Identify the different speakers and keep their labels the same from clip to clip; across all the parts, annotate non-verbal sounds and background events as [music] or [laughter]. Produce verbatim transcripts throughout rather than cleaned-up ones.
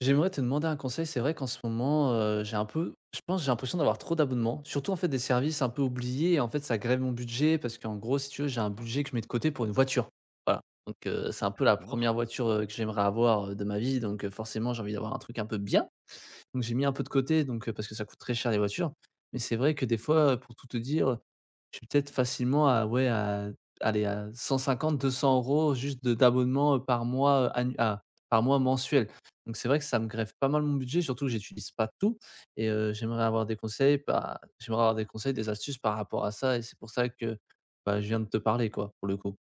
Speaker 1: J'aimerais te demander un conseil. C'est vrai qu'en ce moment, heu, j'ai un peu je pense, j'ai l'impression d'avoir trop d'abonnements, surtout, en fait, des services un peu oubliés et en fait, ça grève mon budget parce qu'en gros, si tu veux, j'ai un budget que je mets de côté pour une voiture. Voilà, donc heu, c'est un peu la
Speaker 2: D'accord.
Speaker 1: première voiture, heu, que j'aimerais avoir, heu, de ma vie donc heu, forcément, j'ai envie d'avoir un truc un peu bien. Donc j'ai mis un peu de côté donc heu, parce que ça coûte très cher les voitures mais c'est vrai que des fois, heu, pour tout te dire, je suis peut-être facilement à ouais, à allez, à cent cinquante-deux cents euros juste de d'abonnement, heu, par mois, heu, annu ah, par mois mensuel. Donc c'est vrai que ça me grève pas mal mon budget, surtout que j'utilise pas tout et heu, j'aimerais avoir des conseils, bah, j'aimerais avoir des conseils, des astuces par rapport à ça et c'est pour ça que, bah, je viens de te parler quoi, pour le coup.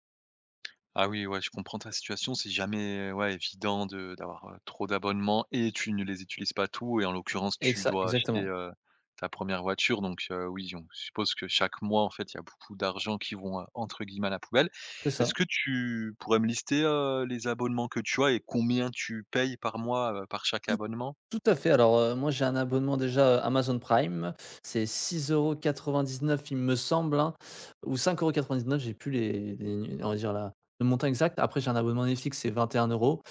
Speaker 2: Ah oui, ouais, je comprends ta situation. C'est jamais, ouais, évident de d'avoir, heu, trop d'abonnements et tu ne les utilises pas tous. Et en l'occurrence, tu
Speaker 1: Exa
Speaker 2: dois acheter,
Speaker 1: exactement,
Speaker 2: heu, ta première voiture. Donc heu, oui, on suppose que chaque mois, en fait, il y a beaucoup d'argent qui vont, heu, entre guillemets, «à la poubelle».
Speaker 1: c'est ça.
Speaker 2: Est-ce que tu pourrais me lister, heu, les abonnements que tu as et combien tu payes par mois, heu, par chaque abonnement?
Speaker 1: Tout à fait. Alors, heu, moi, j'ai un abonnement déjà, heu, Amazon Prime. C'est six euros quatre-vingt-dix-neuf il me semble, hein, ou dix neuf j'ai plus les les on va dire la le montant exact. Après, j'ai un abonnement Netflix, c'est vingt et un euros.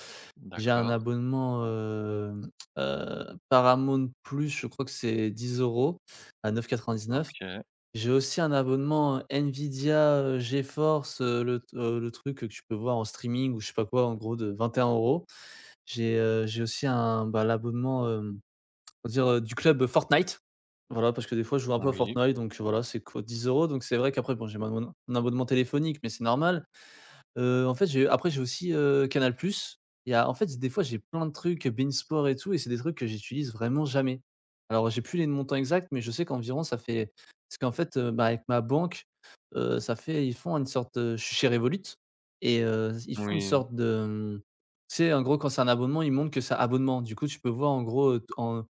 Speaker 1: J'ai un
Speaker 2: D'accord.
Speaker 1: abonnement, hem, heu, Paramount+ Plus, je crois que c'est dix euros à neuf euros quatre-vingt-dix-neuf.
Speaker 2: OK.
Speaker 1: J'ai aussi un abonnement, Nvidia, heu, GeForce, heu, le t euh, le truc que tu peux voir en streaming ou je sais pas quoi, en gros de vingt et un euros €. J'ai, heu, j'ai aussi un, bah, l'abonnement, euh, on va dire, heu, du club, Fortnite. Voilà, parce que des fois je joue un peu à
Speaker 2: Oui.
Speaker 1: Fortnite donc voilà, c'est quoi? dix euros donc c'est vrai qu'après bon j'ai mon mon abonnement téléphonique mais c'est normal. Heu, en fait, j'ai après j'ai aussi, heu, Canal+. Il y a en fait, des fois, j'ai plein de trucs bein et tout et c'est des trucs que j'utilise vraiment jamais. Alors j'ai plus les montants exacts, mais je sais qu'environ ça fait parce qu'en fait, heu, bah, avec ma banque, heu, ça fait ils font une sorte, heu, je suis chez Revolut et heu, ils font une
Speaker 2: Oui.
Speaker 1: sorte de, c'est tu en gros, quand c'est un abonnement, ils montrent que c'est abonnement. Du coup, tu peux voir en gros, heu, en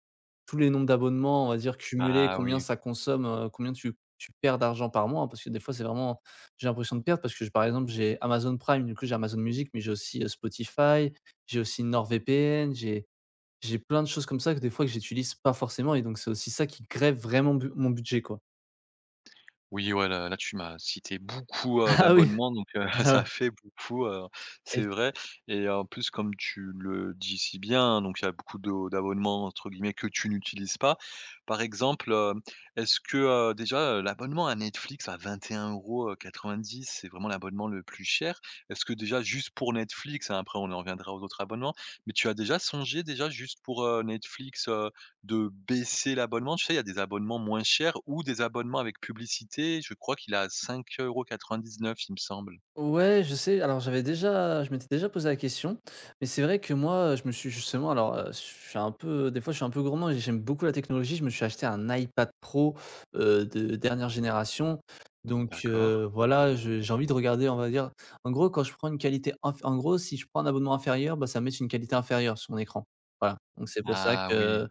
Speaker 1: tous les nombres d'abonnements, on va dire cumulés,
Speaker 2: Ah
Speaker 1: combien
Speaker 2: oui.
Speaker 1: ça consomme, heu, combien tu tu perds d'argent par mois, hein, parce que des fois, c'est vraiment j'ai l'impression de perdre parce que, je par exemple, j'ai Amazon Prime, du coup, j'ai Amazon Music, mais j'ai aussi, heu, Spotify, j'ai aussi NordVPN, j'ai j'ai plein de choses comme ça que des fois que j'utilise pas forcément et donc c'est aussi ça qui grève vraiment bu mon budget, quoi.
Speaker 2: Oui, ouais, là là, tu m'as cité beaucoup,
Speaker 1: [laughs]
Speaker 2: heu,
Speaker 1: Ah oui.
Speaker 2: d'abonnements. Donc heu, [laughs] ça
Speaker 1: Ah
Speaker 2: fait beaucoup, heu, c'est
Speaker 1: ouais.
Speaker 2: vrai. Et en plus, comme tu le dis si bien, donc il y a beaucoup de d'abonnements entre guillemets que tu n'utilises pas. Par exemple, hem, est-ce que, heu, déjà, heu, l'abonnement à Netflix à vingt et un euros quatre-vingt-dix €, c'est vraiment l'abonnement le plus cher. Est-ce que déjà juste pour Netflix, hein, après on en reviendra aux autres abonnements, mais tu as déjà songé, déjà juste pour, heu, Netflix, de baisser l'abonnement? Tu sais, il y a des abonnements moins chers ou des abonnements avec publicité. Je crois qu'il est à dix neuf, il me semble.
Speaker 1: Ouais, je sais. Alors, j'avais déjà je m'étais déjà posé la question, mais c'est vrai que moi, je me suis justement alors, heu, je suis un peu des fois, je suis un peu gourmand et j'aime beaucoup la technologie. Je me suis acheté un iPad Pro, heu, de dernière génération, donc
Speaker 2: D'accord.
Speaker 1: heu, voilà, je j'ai envie de regarder, on va dire en gros, quand je prends une qualité inf en gros, si je prends un abonnement inférieur, bah, ça me met sur une qualité inférieure sur mon écran. Voilà, donc c'est pour ça
Speaker 2: Ah oui,
Speaker 1: que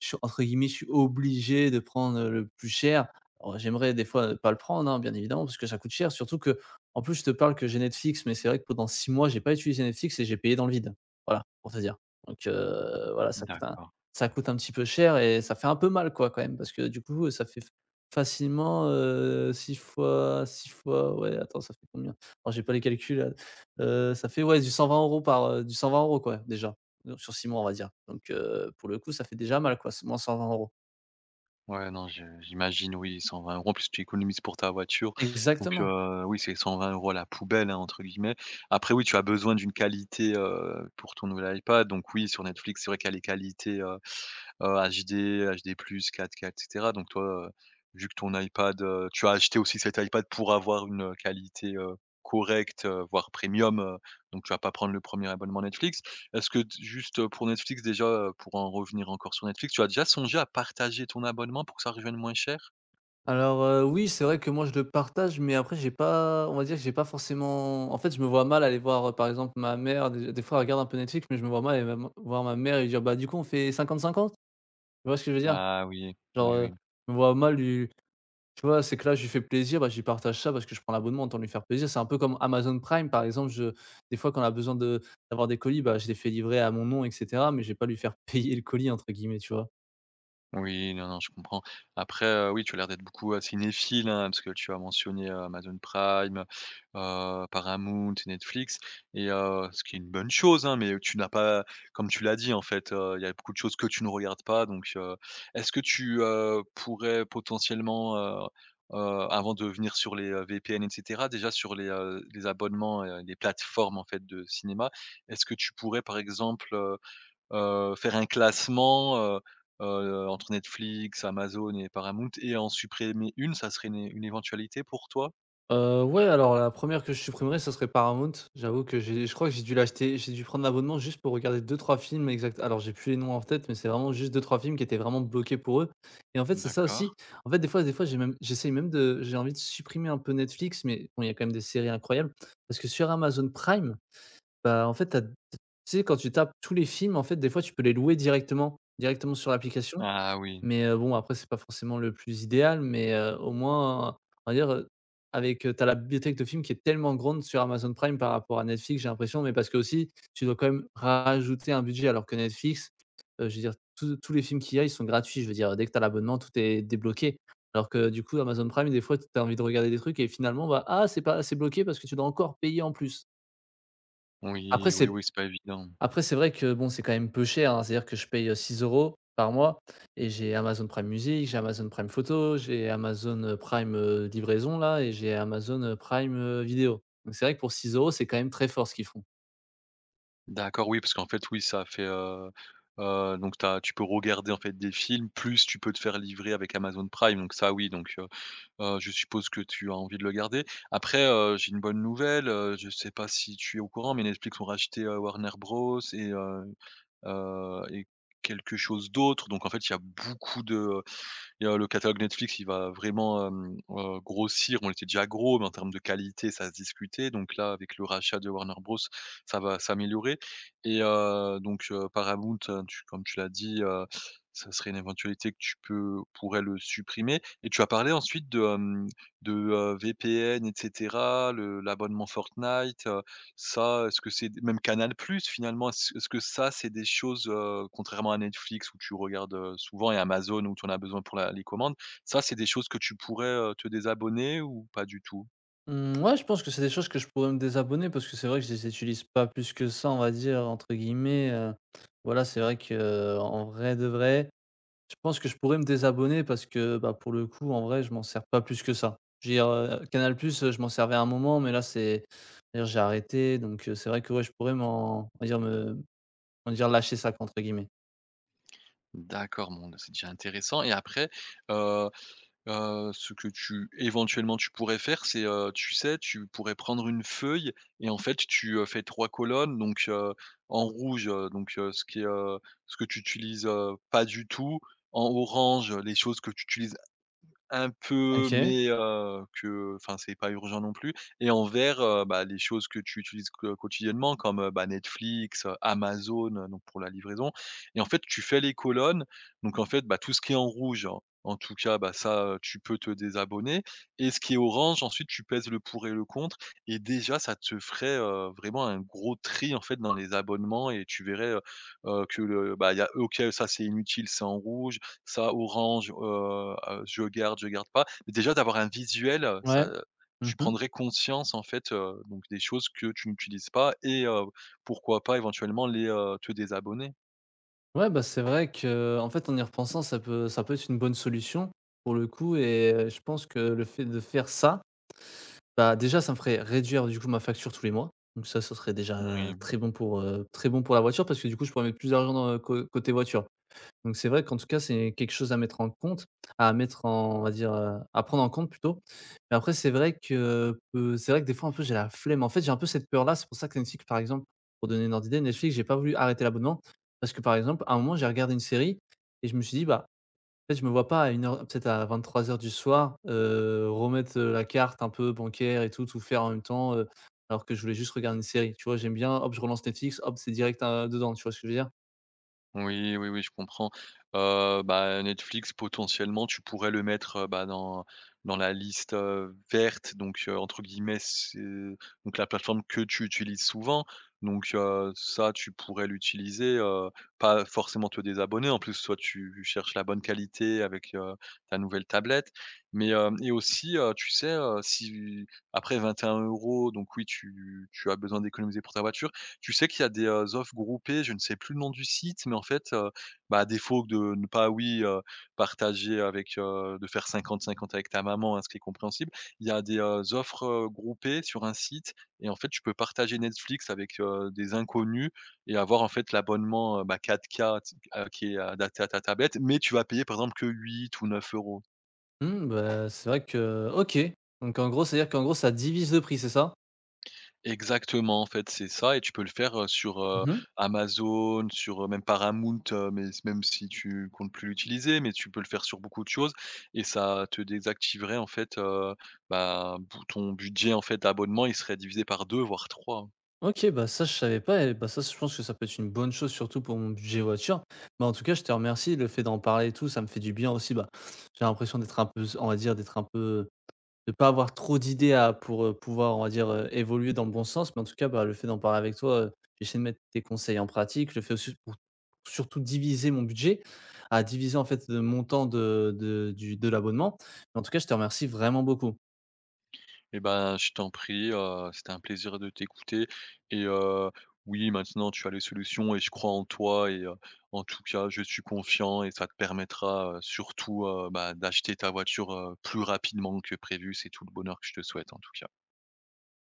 Speaker 1: je suis entre guillemets, je suis obligé de prendre, le plus cher. Alors j'aimerais des fois, heu, pas le prendre, hein, bien évidemment, parce que ça coûte cher. Surtout que en plus je te parle que j'ai Netflix, mais c'est vrai que pendant six mois, j'ai pas utilisé Netflix et j'ai payé dans le vide. Voilà, pour te dire. Donc, heu, voilà, ça coûte un
Speaker 2: d'accord.
Speaker 1: ça coûte un petit peu cher et ça fait un peu mal, quoi, quand même, parce que du coup, ça fait facilement, heu, six fois six fois ouais, attends, ça fait combien? Alors j'ai pas les calculs, là. Heu, ça fait, ouais, du cent vingt euros par, heu, du cent vingt euros quoi, déjà donc sur six mois, on va dire. Donc heu, pour le coup, ça fait déjà mal quoi, c'est moins cent vingt euros.
Speaker 2: Ouais, non, je j'imagine, oui, cent vingt euros €. En plus, tu économises pour ta voiture. Donc,
Speaker 1: Exactement.
Speaker 2: heu, oui, c'est cent vingt euros € à la «poubelle», hein, entre guillemets. Après, oui, tu as besoin d'une qualité, heu, pour ton nouvel iPad. Donc oui, sur Netflix, c'est vrai qu'il y a les qualités, euh, Heu, H D, H D plus, quatre K et cetera. Donc toi, heu, vu que ton iPad, heu, tu as acheté aussi cet iPad pour avoir une, heu, qualité, heu, correcte, heu, voire premium, heu, donc tu vas pas prendre le premier abonnement Netflix. Est-ce que t juste, heu, pour Netflix déjà, heu, pour en revenir encore sur Netflix, tu as déjà songé à partager ton abonnement pour que ça revienne moins cher?
Speaker 1: Alors, heu, oui, c'est vrai que moi je le partage, mais après j'ai pas on va dire que j'ai pas forcément en fait, je me vois mal aller voir, heu, par exemple ma mère. Des des fois, elle regarde un peu Netflix, mais je me vois mal aller même voir ma mère et lui dire: «Bah, du coup, on fait cinquante cinquante?» Tu vois ce que je veux dire?
Speaker 2: Ah oui,
Speaker 1: Genre,
Speaker 2: oui,
Speaker 1: heu,
Speaker 2: oui.
Speaker 1: je me vois mal lui tu vois, c'est que là, je lui fais plaisir, bah, je lui partage ça parce que je prends l'abonnement autant lui faire plaisir. C'est un peu comme Amazon Prime, par exemple. Je, des fois, quand on a besoin de, d'avoir des colis, bah, je les fais livrer à mon nom, et cetera. Mais je vais pas lui faire [laughs] payer le colis, entre guillemets, tu vois.
Speaker 2: Oui, non, non, je comprends. Après, heu, oui, tu as l'air d'être beaucoup, heu, cinéphile, hein, parce que tu as mentionné, heu, Amazon Prime, heu, Paramount et Netflix. Et heu, ce qui est une bonne chose, hein, mais tu n'as pas, comme tu l'as dit, en fait, heu, il y a beaucoup de choses que tu ne regardes pas. Donc heu, est-ce que tu, heu, pourrais potentiellement, heu heu, avant de venir sur les, heu, V P N et cetera, déjà sur les, heu, les abonnements et les plateformes, en fait, de cinéma, est-ce que tu pourrais, par exemple, heu, faire un classement, heu heu, entre Netflix, Amazon et Paramount, et en supprimer une? Ça serait une é une éventualité pour toi?
Speaker 1: Heu, ouais, alors la première que je supprimerais, ça serait Paramount. J'avoue que j'ai je crois que j'ai dû l'acheter j'ai dû prendre l'abonnement juste pour regarder deux trois films exact alors j'ai plus les noms en tête, mais c'est vraiment juste deux trois films qui étaient vraiment bloqués pour eux et en fait, c'est ça
Speaker 2: D'accord.
Speaker 1: aussi. En fait, des fois des fois, j'ai même j'essaye même de j'ai envie de supprimer un peu Netflix, mais bon, il y a quand même des séries incroyables parce que sur Amazon Prime, bah, en fait, tu tu sais, quand tu tapes tous les films, en fait, des fois, tu peux les louer directement directement sur l'application
Speaker 2: Ah oui.
Speaker 1: mais heu, bon, après, c'est pas forcément le plus idéal, mais heu, au moins, euh, on va dire, heu, avec, heu, tu as la bibliothèque de films qui est tellement grande sur Amazon Prime par rapport à Netflix, j'ai l'impression, mais parce que aussi tu dois quand même rajouter un budget alors que Netflix, heu, je veux dire, tous tous les films qu'il y a, ils sont gratuits. Je veux dire, dès que tu as l'abonnement, tout est débloqué. Alors que du coup, Amazon Prime, des fois, tu as envie de regarder des trucs et finalement, bah, ah, c'est pas c'est bloqué parce que tu dois encore payer en plus. Après,
Speaker 2: Oui, oui,
Speaker 1: c'est
Speaker 2: oui, c'est pas évident.
Speaker 1: Après, c'est vrai que bon, c'est quand même peu cher, hein. C'est-à-dire que je paye, heu, six euros € par mois et j'ai Amazon Prime Music, j'ai Amazon Prime Photo, j'ai Amazon, heu, Prime, heu, livraison là et j'ai Amazon, heu, Prime, heu, vidéo. Donc c'est vrai que pour six euros c'est quand même très fort ce qu'ils font.
Speaker 2: D'accord, oui, parce qu'en fait, oui, ça fait, heu heu, donc tu as tu peux regarder, en fait, des films, plus tu peux te faire livrer avec Amazon Prime. Donc ça, oui, donc heu heu, je suppose que tu as envie de le garder. Après, heu, j'ai une bonne nouvelle, heu, je sais pas si tu es au courant, mais Netflix ont racheté, heu, Warner Bros et heu heu et quelque chose d'autre. Donc en fait, il y a beaucoup de, il y a le catalogue Netflix, il va vraiment, hem, heu, grossir. On était déjà gros, mais en termes de qualité, ça se discutait. Donc là, avec le rachat de Warner Bros, ça va s'améliorer. Et heu, donc heu, Paramount, heu, tu, comme tu l'as dit, heu, ça serait une éventualité que tu peux pourrais le supprimer. Et tu as parlé ensuite de, hem, de, heu, V P N et cetera, le l'abonnement Fortnite, ça, est-ce que c'est même Canal+, finalement, est-ce est-ce que ça, c'est des choses, heu, contrairement à Netflix où tu regardes, heu, souvent, et Amazon où tu en as besoin pour la les commandes, ça, c'est des choses que tu pourrais, heu, te désabonner ou pas du tout?
Speaker 1: Mmh, ouais, je pense que c'est des choses que je pourrais me désabonner parce que c'est vrai que je les utilise pas plus que ça, on va dire, entre guillemets, heu. Voilà, c'est vrai que euh, en vrai de vrai je pense que je pourrais me désabonner parce que, bah, pour le coup, en vrai, je m'en sers pas plus que ça. Je veux dire, heu, Canal+, heu, je m'en servais à un moment, mais là, c'est on j'ai arrêté donc heu, c'est vrai que, ouais, je pourrais m'en on va dire me on va dire «lâcher ça, entre guillemets.
Speaker 2: D'accord, bon, bah, c'est déjà intéressant. Et après, heu heu, ce que tu éventuellement, tu pourrais faire, c'est, heu, tu sais, tu pourrais prendre une feuille et en fait, tu, heu, fais trois colonnes. Donc heu, en rouge, heu, donc heu, ce qui est, heu, ce que tu utilises, heu, pas du tout, en orange, les choses que tu utilises un peu,
Speaker 1: OK,
Speaker 2: mais heu, que, enfin, c'est pas urgent non plus, et envers, heu, bah, les choses que tu utilises que quotidiennement comme, heu, bah, Netflix, heu, Amazon, heu, donc pour la livraison. Et en fait, tu fais les colonnes, donc en fait, bah, tout ce qui est en rouge, en en tout cas, bah, ça, heu, tu peux te désabonner, et ce qui est orange, ensuite, tu pèses le pour et le contre. Et déjà, ça te ferait, heu, vraiment un gros tri, en fait, dans les abonnements, et tu verrais, heu heu, que le bah, il y a OK, ça, c'est inutile, c'est en rouge, ça, orange, heu, heu, je garde, je garde pas. Mais déjà d'avoir un visuel, heu, ça,
Speaker 1: ouais.
Speaker 2: heu, tu
Speaker 1: Mmh.
Speaker 2: prendrais conscience en fait, heu, donc des choses que tu n'utilises pas. Et heu, pourquoi pas éventuellement les, heu, te désabonner.
Speaker 1: Ouais, bah, c'est vrai que, en fait, en y repensant, ça peut ça peut être une bonne solution pour le coup et heu, je pense que le fait de faire ça, bah, déjà, ça me ferait réduire, du coup, ma facture tous les mois donc ça, ce serait déjà euh,
Speaker 2: Mmh.
Speaker 1: très bon pour, heu, très bon pour la voiture parce que, du coup, je pourrais mettre plus d'argent dans, heu, cô côté voiture. Donc c'est vrai qu'en tout cas, c'est quelque chose à mettre en compte, à mettre en on va dire, heu, à prendre en compte plutôt. Mais après c'est vrai que, heu, c'est vrai que des fois un peu j'ai la flemme. En fait, j'ai un peu cette peur-là, c'est pour ça que Netflix par exemple, pour donner une ordre d'idée, Netflix, j'ai pas voulu arrêter l'abonnement parce que par exemple, à un moment, j'ai regardé une série et je me suis dit: «Bah, en fait, je me vois pas à une heure, peut-être à vingt-trois heures du soir, heu, remettre, heu, la carte un peu bancaire et tout, tout faire en même temps, heu, alors que je voulais juste regarder une série». Tu vois? J'aime bien, hop, je relance Netflix, hop, c'est direct, heu, dedans, tu vois ce que je veux dire?
Speaker 2: Oui, oui, oui, je comprends. Heu, bah, Netflix, potentiellement, tu pourrais le mettre, heu, bah, dans dans la liste, heu, verte, donc heu, entre guillemets, c'est donc la plateforme que tu utilises souvent. Donc heu, ça, tu pourrais l'utiliser, heu, pas forcément te désabonner. En plus, soit tu cherches la bonne qualité avec, heu, ta nouvelle tablette, mais hem et aussi, heu, tu sais, heu, si après vingt et un euros, donc oui, tu tu as besoin d'économiser pour ta voiture, tu sais qu'il y a des, heu, offres groupées. Je ne sais plus le nom du site, mais en fait, heu, bah, à défaut de ne pas, oui, heu, partager avec, heu, de faire cinquante cinquante avec ta maman, hein, ce qui est compréhensible. Il y a des, heu, offres, heu, groupées sur un site, et en fait, tu peux partager Netflix avec, heu, des inconnus et avoir, en fait, l'abonnement, heu, bah, quatre K t heu, qui est euh, adapté à ta tablette, mais tu vas payer, par exemple, que huit ou neuf euros.
Speaker 1: Mmh, bah, c'est vrai que OK. Donc en gros, c'est-à-dire qu'en gros, ça divise le prix, c'est ça?
Speaker 2: Exactement, en fait, c'est ça. Et tu peux le faire, heu, sur, heu,
Speaker 1: Mmh.
Speaker 2: Amazon, sur, heu, même Paramount, heu, mais s même si tu comptes plus l'utiliser, mais tu peux le faire sur beaucoup de choses. Et ça te désactiverait en fait, heu, bah, bou ton budget en fait d'abonnement, il serait divisé par deux voire trois, hein.
Speaker 1: OK, bah, ça, je savais pas et bah, ça, je pense que ça peut être une bonne chose surtout pour mon budget voiture. Bah, en tout cas, je te remercie. Le fait d'en parler et tout, ça me fait du bien aussi. Bah, j'ai l'impression d'être un peu on va dire d'être un peu De pas avoir trop d'idées à pour, heu, pouvoir, on va dire, heu, évoluer dans le bon sens, mais en tout cas, bah, le fait d'en parler avec toi, heu, j'essaie de mettre tes conseils en pratique. Je le fais aussi pour surtout diviser mon budget, à diviser, en fait, le montant de de du de l'abonnement. mais En tout cas, je te remercie vraiment beaucoup.
Speaker 2: Eh ben, je t'en prie, heu, c'était un plaisir de t'écouter. Et heu, oui, maintenant tu as les solutions et je crois en toi. Et heu, en tout cas, je suis confiant, et ça te permettra, heu, surtout, heu, bah, d'acheter ta voiture, heu, plus rapidement que prévu. C'est tout le bonheur que je te souhaite en tout cas.